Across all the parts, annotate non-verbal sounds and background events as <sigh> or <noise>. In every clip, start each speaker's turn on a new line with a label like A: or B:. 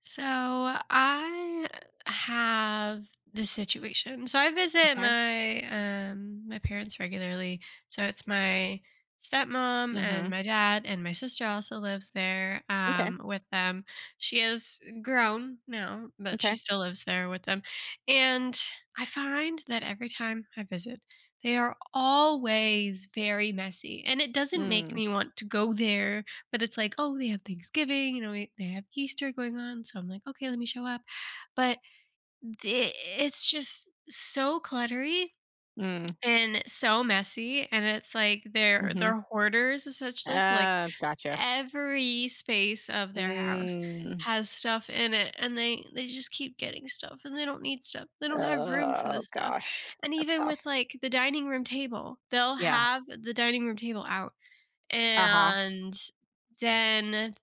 A: So I have this situation. So I visit
B: Okay.
A: my my parents regularly. So it's my stepmom and
B: Mhm.
A: my dad and my sister also lives there
B: Okay.
A: with them. She is grown now, but she
B: Okay.
A: still lives there with them. And I find that every time I visit, they are always very messy and it doesn't make
B: Mm.
A: me want to go there, but it's like, oh, they have Thanksgiving, they have Easter going on. So I'm like, okay, let me show up. But the it's just so cluttery
B: Mm.
A: and so messy. And it's like they're
B: Mhm.
A: they're hoarders essentially. So like
B: Gotcha.
A: every space of their house
B: Mm.
A: has stuff in it and they just keep getting stuff and they don't need stuff, they don't have room for
B: Oh
A: this stuff.
B: gosh,
A: And
B: that's
A: even with
B: tough.
A: like the dining room table, they'll
B: Yeah.
A: have the dining room table out,
B: Uh huh.
A: and then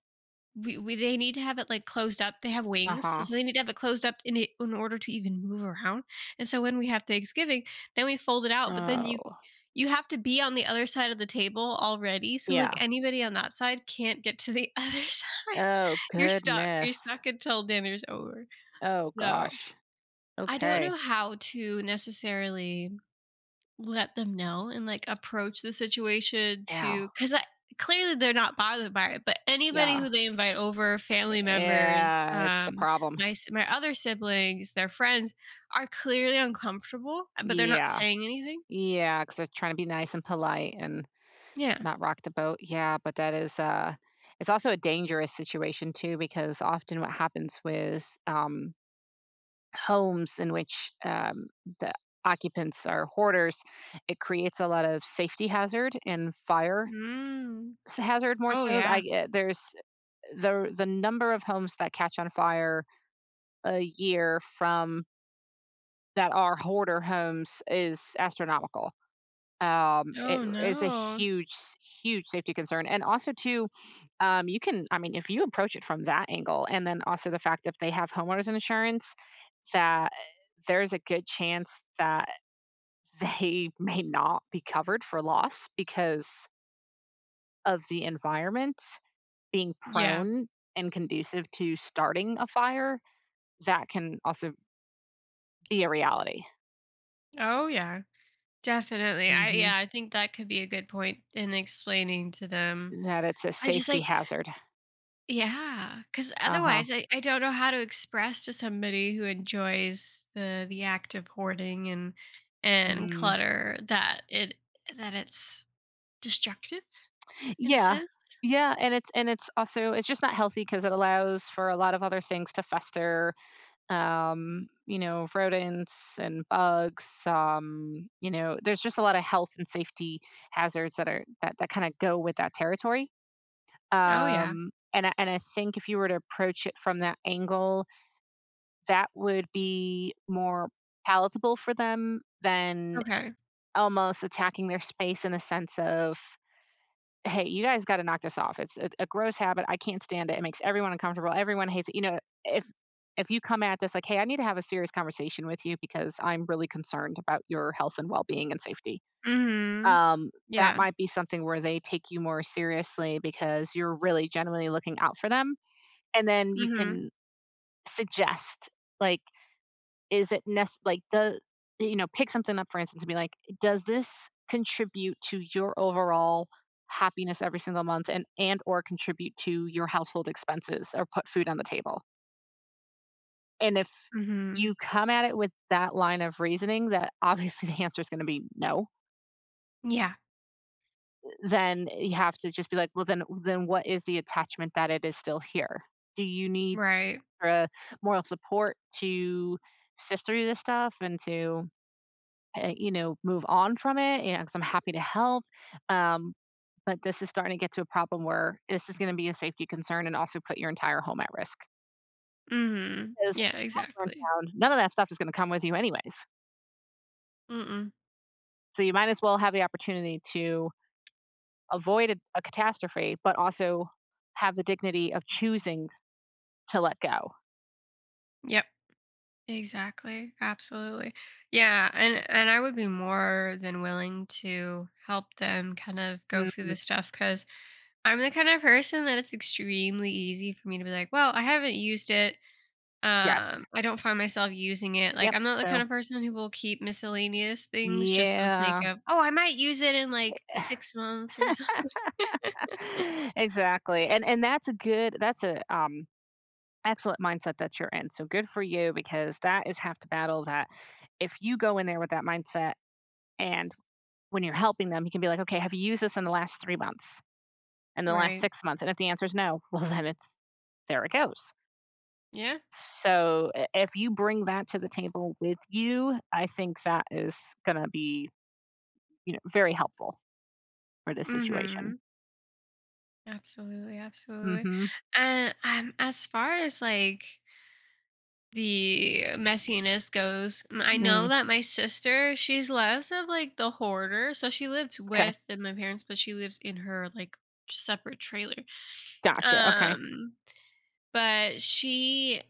A: we they need to have it like closed up. They have
B: Uh
A: wings, so
B: huh.
A: so they need to have it closed up in order to even move around. And so when we have Thanksgiving, then we fold it out. But then
B: Oh
A: you have to be on the other side of the table already. So like
B: yeah.
A: anybody on that side can't get to the <laughs> other side.
B: Oh
A: You're stuck. You're
B: goodness.
A: stuck until dinner's over.
B: Oh
A: So
B: gosh.
A: I don't
B: Okay.
A: know how to necessarily let them know and, like, approach the situation
B: Yeah.
A: to 'cause I clearly they're not bothered by it, but anybody
B: Yeah.
A: who they invite over, family members,
B: Yeah. It's a problem.
A: my other siblings, their friends are clearly uncomfortable, but they're not
B: Yeah.
A: saying anything.
B: Yeah. Because they're trying to be nice and polite and
A: Yeah.
B: not rock the boat. Yeah, but that is, it's also a dangerous situation too because often what happens with, homes in which, the occupants are hoarders, it creates a lot of safety hazard and fire
A: Mm.
B: hazard more
A: Oh,
B: so.
A: yeah.
B: There's the number of homes that catch on fire a year from that are hoarder homes is astronomical. It
A: Oh,
B: is a
A: no.
B: huge, huge safety concern, and also too, you can I mean, if you approach it from that angle, and then also the fact if they have homeowners insurance, that there's a good chance that they <laughs> may not be covered for loss because of the environment being
A: Yeah.
B: prone and conducive to starting a fire, that can also be a reality.
A: Oh, yeah. Definitely. I
B: Mhm.
A: Yeah, I think that could be a good point in explaining to them.
B: That it's a
A: I just
B: safety
A: like.
B: hazard.
A: Yeah, because
B: Uh-huh.
A: otherwise I don't know how to express to somebody who enjoys the act of hoarding and
B: Mm.
A: clutter that it that it's destructive in a
B: Yeah.
A: sense.
B: Yeah, and it's also it's just not healthy because it allows for a lot of other things to fester, rodents and bugs, there's just a lot of health and safety hazards that kinda go with that territory.
A: Oh, yeah.
B: And I think if you were to approach it from that angle, that would be more palatable for them than
A: Okay.
B: almost attacking their space in the sense of hey, you guys got to knock this off. It's a gross habit. I can't stand it. It makes everyone uncomfortable. Everyone hates it. If you come at this like, hey, I need to have a serious conversation with you because I'm really concerned about your health and well being and safety.
A: Mhm.
B: Um, that
A: Yeah.
B: might be something where they take you more seriously because you're really genuinely looking out for them. And then you
A: Mhm.
B: can suggest, like, is it like the, pick something up for instance and be like, does this contribute to your overall happiness every single month and or contribute to your household expenses or put food on the table? And if
A: Mhm.
B: you come at it with that line of reasoning that <laughs> obviously the answer is going to be no,
A: Yeah.
B: then you have to just be like, well, then what is the attachment that it is still here? Do you need
A: Right.
B: uh, moral support to sift through this stuff and to move on from it, 'cause I'm happy to help. Um, but this is starting to get to a problem where this is going to be a safety concern and also put your entire home at risk.
A: Mhm.
B: Because
A: Yeah,
B: outdoor and
A: exactly.
B: down, none of that stuff is going to come with you anyways.
A: Mm-mm.
B: So you might as well have the opportunity to avoid a catastrophe, but also have the dignity of choosing to let go.
A: Yep. Exactly. Absolutely. Yeah, and I would be more than willing to help them kind of go through
B: Mm,
A: the stuff because. I'm the kind of person that it's extremely easy for me to be like, "Well, I haven't used it,
B: yes.
A: I don't find myself using it." Like,
B: Yep.
A: I'm not the
B: So
A: kind of person who will keep miscellaneous things just for the sake
B: yeah,
A: of, "Oh, I might use it in, like, 6 months or something." <laughs>
B: <laughs> exactly. And that's a good. That's a excellent mindset that you're in. So good for you because that is half the battle. That if you go in there with that mindset, and when you're helping them, you can be like, okay, have you used this in the last 3 months and the last
A: Right.
B: 6 months? And if the answer is no, <laughs> well, then it's there it goes.
A: Yeah.
B: So if you bring that to the table with you, I think that is going to be very helpful for this situation.
A: Mhm. Absolutely, absolutely.
B: Mm-hmm.
A: And, as far as, like, the messiness goes. I know
B: Mm,
A: that my sister, she's less of like the hoarder. So she lives
B: okay.
A: with my parents, but she lives in her like separate trailer.
B: Gotcha. Okay.
A: Um, but she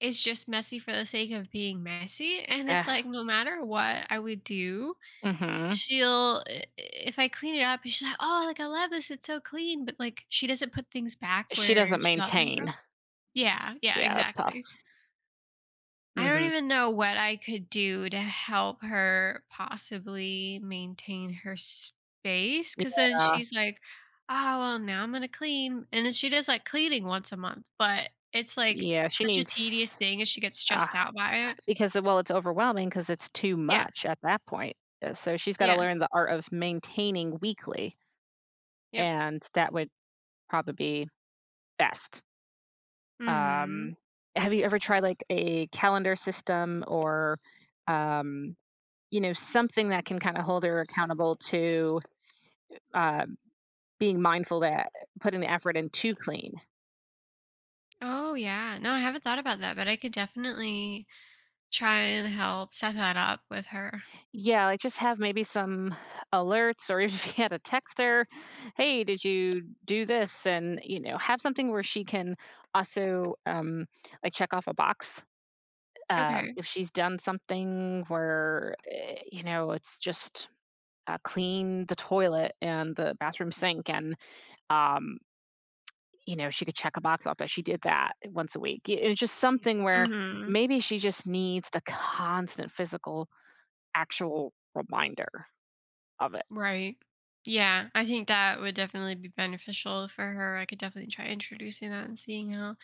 A: is just messy for the sake of being messy. And
B: Eh,
A: it's like no matter what I would do,
B: mm-hmm.
A: she'll if I clean it up, she's like, oh, like I love this, it's so clean. But like she doesn't put things back
B: She
A: where
B: doesn't
A: she got them
B: maintain.
A: from. Yeah, yeah,
B: Yeah, that's tough.
A: exactly. I don't
B: Mm-hmm.
A: even know what I could do to help her possibly maintain her space, because then
B: Yeah.
A: she's like, oh, well, now I'm going to clean. And then she does like cleaning once a month, but it's like
B: Yeah, she
A: such a tedious
B: needs
A: thing and she gets
B: uh,
A: stressed out by it.
B: because, well, it's overwhelming because it's too
A: Yeah.
B: much at that point. So she's gotta
A: Yeah.
B: learn the art of maintaining weekly,
A: Yep.
B: and that would probably be best.
A: Hmm.
B: Um, have you ever tried, like, a calendar system or, um, something that can kinda hold her accountable to, uh, being mindful that putting the effort in to clean?
A: Oh, yeah. No, I haven't thought about that, but I could definitely try and help set that up with her.
B: Yeah, like just have maybe some alerts, or <laughs> if you had a texter, hey, did you do this? And have something where she can also like check off a box,
A: Okay.
B: if she's done something where, it's just, clean the toilet and the bathroom sink and, um, she could check a box off that she did that once a week. It's just something where maybe she just needs the constant physical, actual reminder of it.
A: Right. Yeah, I think that would definitely be beneficial for her. I could definitely try introducing that and seeing how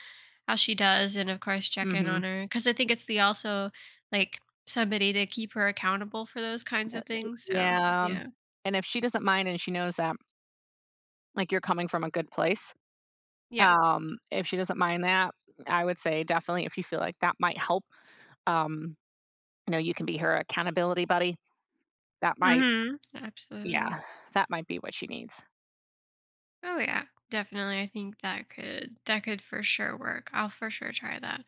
A: she does, and of course check in
B: Mhm.
A: on her, because I think it's the also like somebody to keep her accountable for those kinds of
B: Y
A: things. So
B: Yeah,
A: yeah,
B: and if she doesn't mind and she knows that, like, you're coming from a good place,
A: yeah,
B: if she doesn't mind that, I would say definitely if you feel like that might help, um, you can be her accountability buddy. That might
A: mm-hmm, absolutely.
B: yeah, that might be what she needs.
A: Oh yeah, definitely. I think that could for sure work. I'll for sure try that.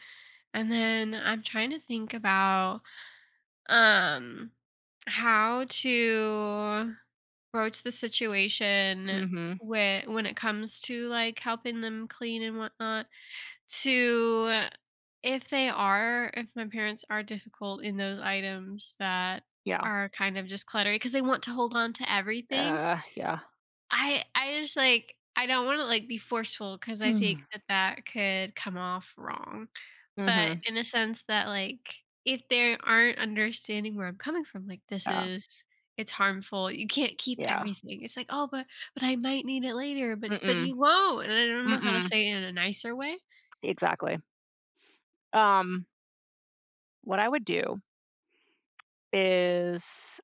A: And then I'm trying to think about um how to broach the situation
B: Mhm.
A: when it comes to like helping them clean and whatnot to if my parents are difficult in those items that
B: Yeah.
A: are kind of just cluttery because they want to hold on to everything.
B: Yeah.
A: I just like, I don't want to like be forceful because I think that that could come off wrong, but
B: Mhm.
A: in a sense that, like, if they aren't understanding where I'm coming from, like, "This
B: Yeah.
A: is It's harmful, you can't keep
B: Yeah.
A: everything." It's like, "Oh, but I might need it later, but
B: Mm-mm.
A: you won't." And I don't know how to
B: Mm-mm.
A: say it in a nicer way.
B: Exactly. Um, what I would do is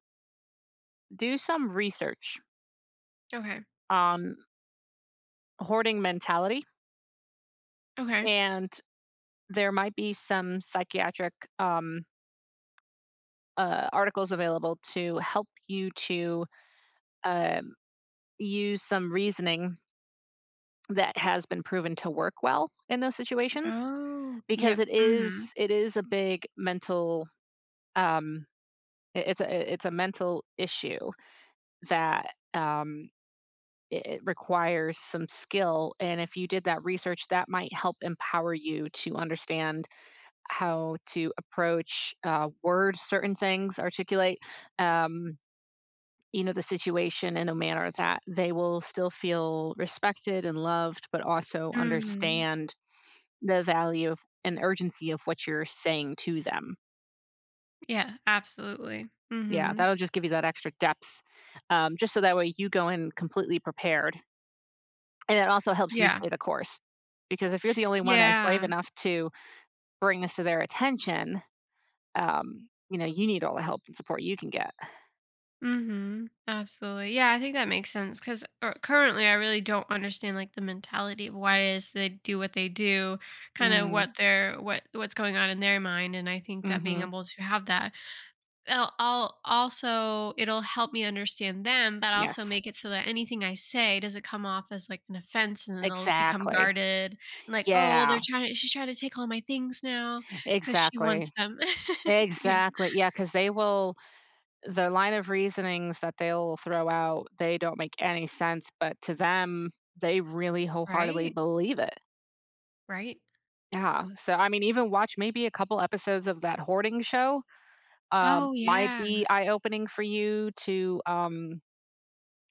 B: do some research
A: Okay.
B: on hoarding mentality,
A: Okay.
B: and there might be some psychiatric articles available to help you to um, use some reasoning that has been proven to work well in those situations,
A: Oh,
B: because
A: yep.
B: it is
A: Mhm.
B: it is a big mental, um, it's a mental issue that it requires some skill. And if you did that research, that might help empower you to understand how to approach words, certain things, articulate, um, the situation in a manner that they will still feel respected and loved, but also
A: Mhm.
B: understand the value of and urgency of what you're saying to them.
A: Yeah, absolutely.
B: Yeah,
A: Mhm.
B: that'll just give you that extra depth, just so that way you go in completely prepared. And it also helps you
A: Yeah.
B: stay the course, because if you're the only one that's brave
A: Yeah.
B: enough to bring this to their attention, you need all the help and support you can get.
A: Mm-hmm. Absolutely. Yeah, I think that makes sense, because currently I really don't understand like the mentality of why it is they do what they do, kind of
B: Mm,
A: what they're what what's going on in their mind, and I think that being
B: mhm.
A: able to have that, I'll also it'll help me understand them, but also
B: Yes,
A: make it so that anything I say doesn't come off as like an offense, and then they'll become
B: exactly.
A: guarded and like, oh, well,
B: Yeah,
A: she's trying to take all my things now because she
B: exactly.
A: wants them. <laughs> Yeah.
B: Exactly. Yeah, because the line of reasonings that they'll throw out, they don't make any sense, but to them, they really wholeheartedly
A: Right.
B: believe it.
A: Right.
B: Yeah. So, I mean, even watch maybe a couple episodes of that hoarding show,
A: Oh
B: might
A: yeah.
B: be eye opening for you to, um,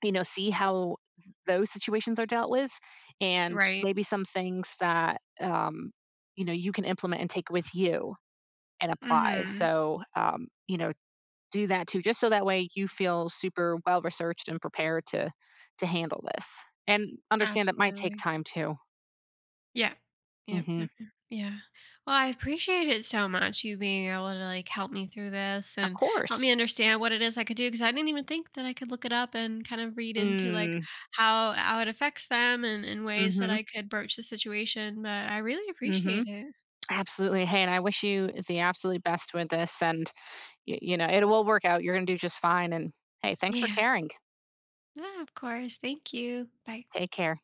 B: you know, see how those situations are dealt with, and
A: Right.
B: maybe some things that you can implement and take with you and apply.
A: Mhm.
B: So, do that too, just so that way you feel super well researched and prepared to handle this, and understand it might take
A: Absolutely.
B: time too.
A: Yeah. Yep,
B: Hmm.
A: yep, yep, yeah. Well, I appreciate it so much, you being able to, like, help me through this
B: Of
A: and help
B: course.
A: me understand what it is I could do, because I didn't even think that I could look it up and kind of read into, like,
B: Mm,
A: how it affects them and ways that
B: mm-hmm.
A: I could broach the situation, but I really
B: Mm-hmm.
A: appreciate it.
B: Absolutely. Hey, and I wish you the absolute best with this. And it will work out. You're gonna do just fine, and, hey, thanks for
A: Yeah.
B: caring.
A: Yeah, of course. Thank you. Bye.
B: Take care.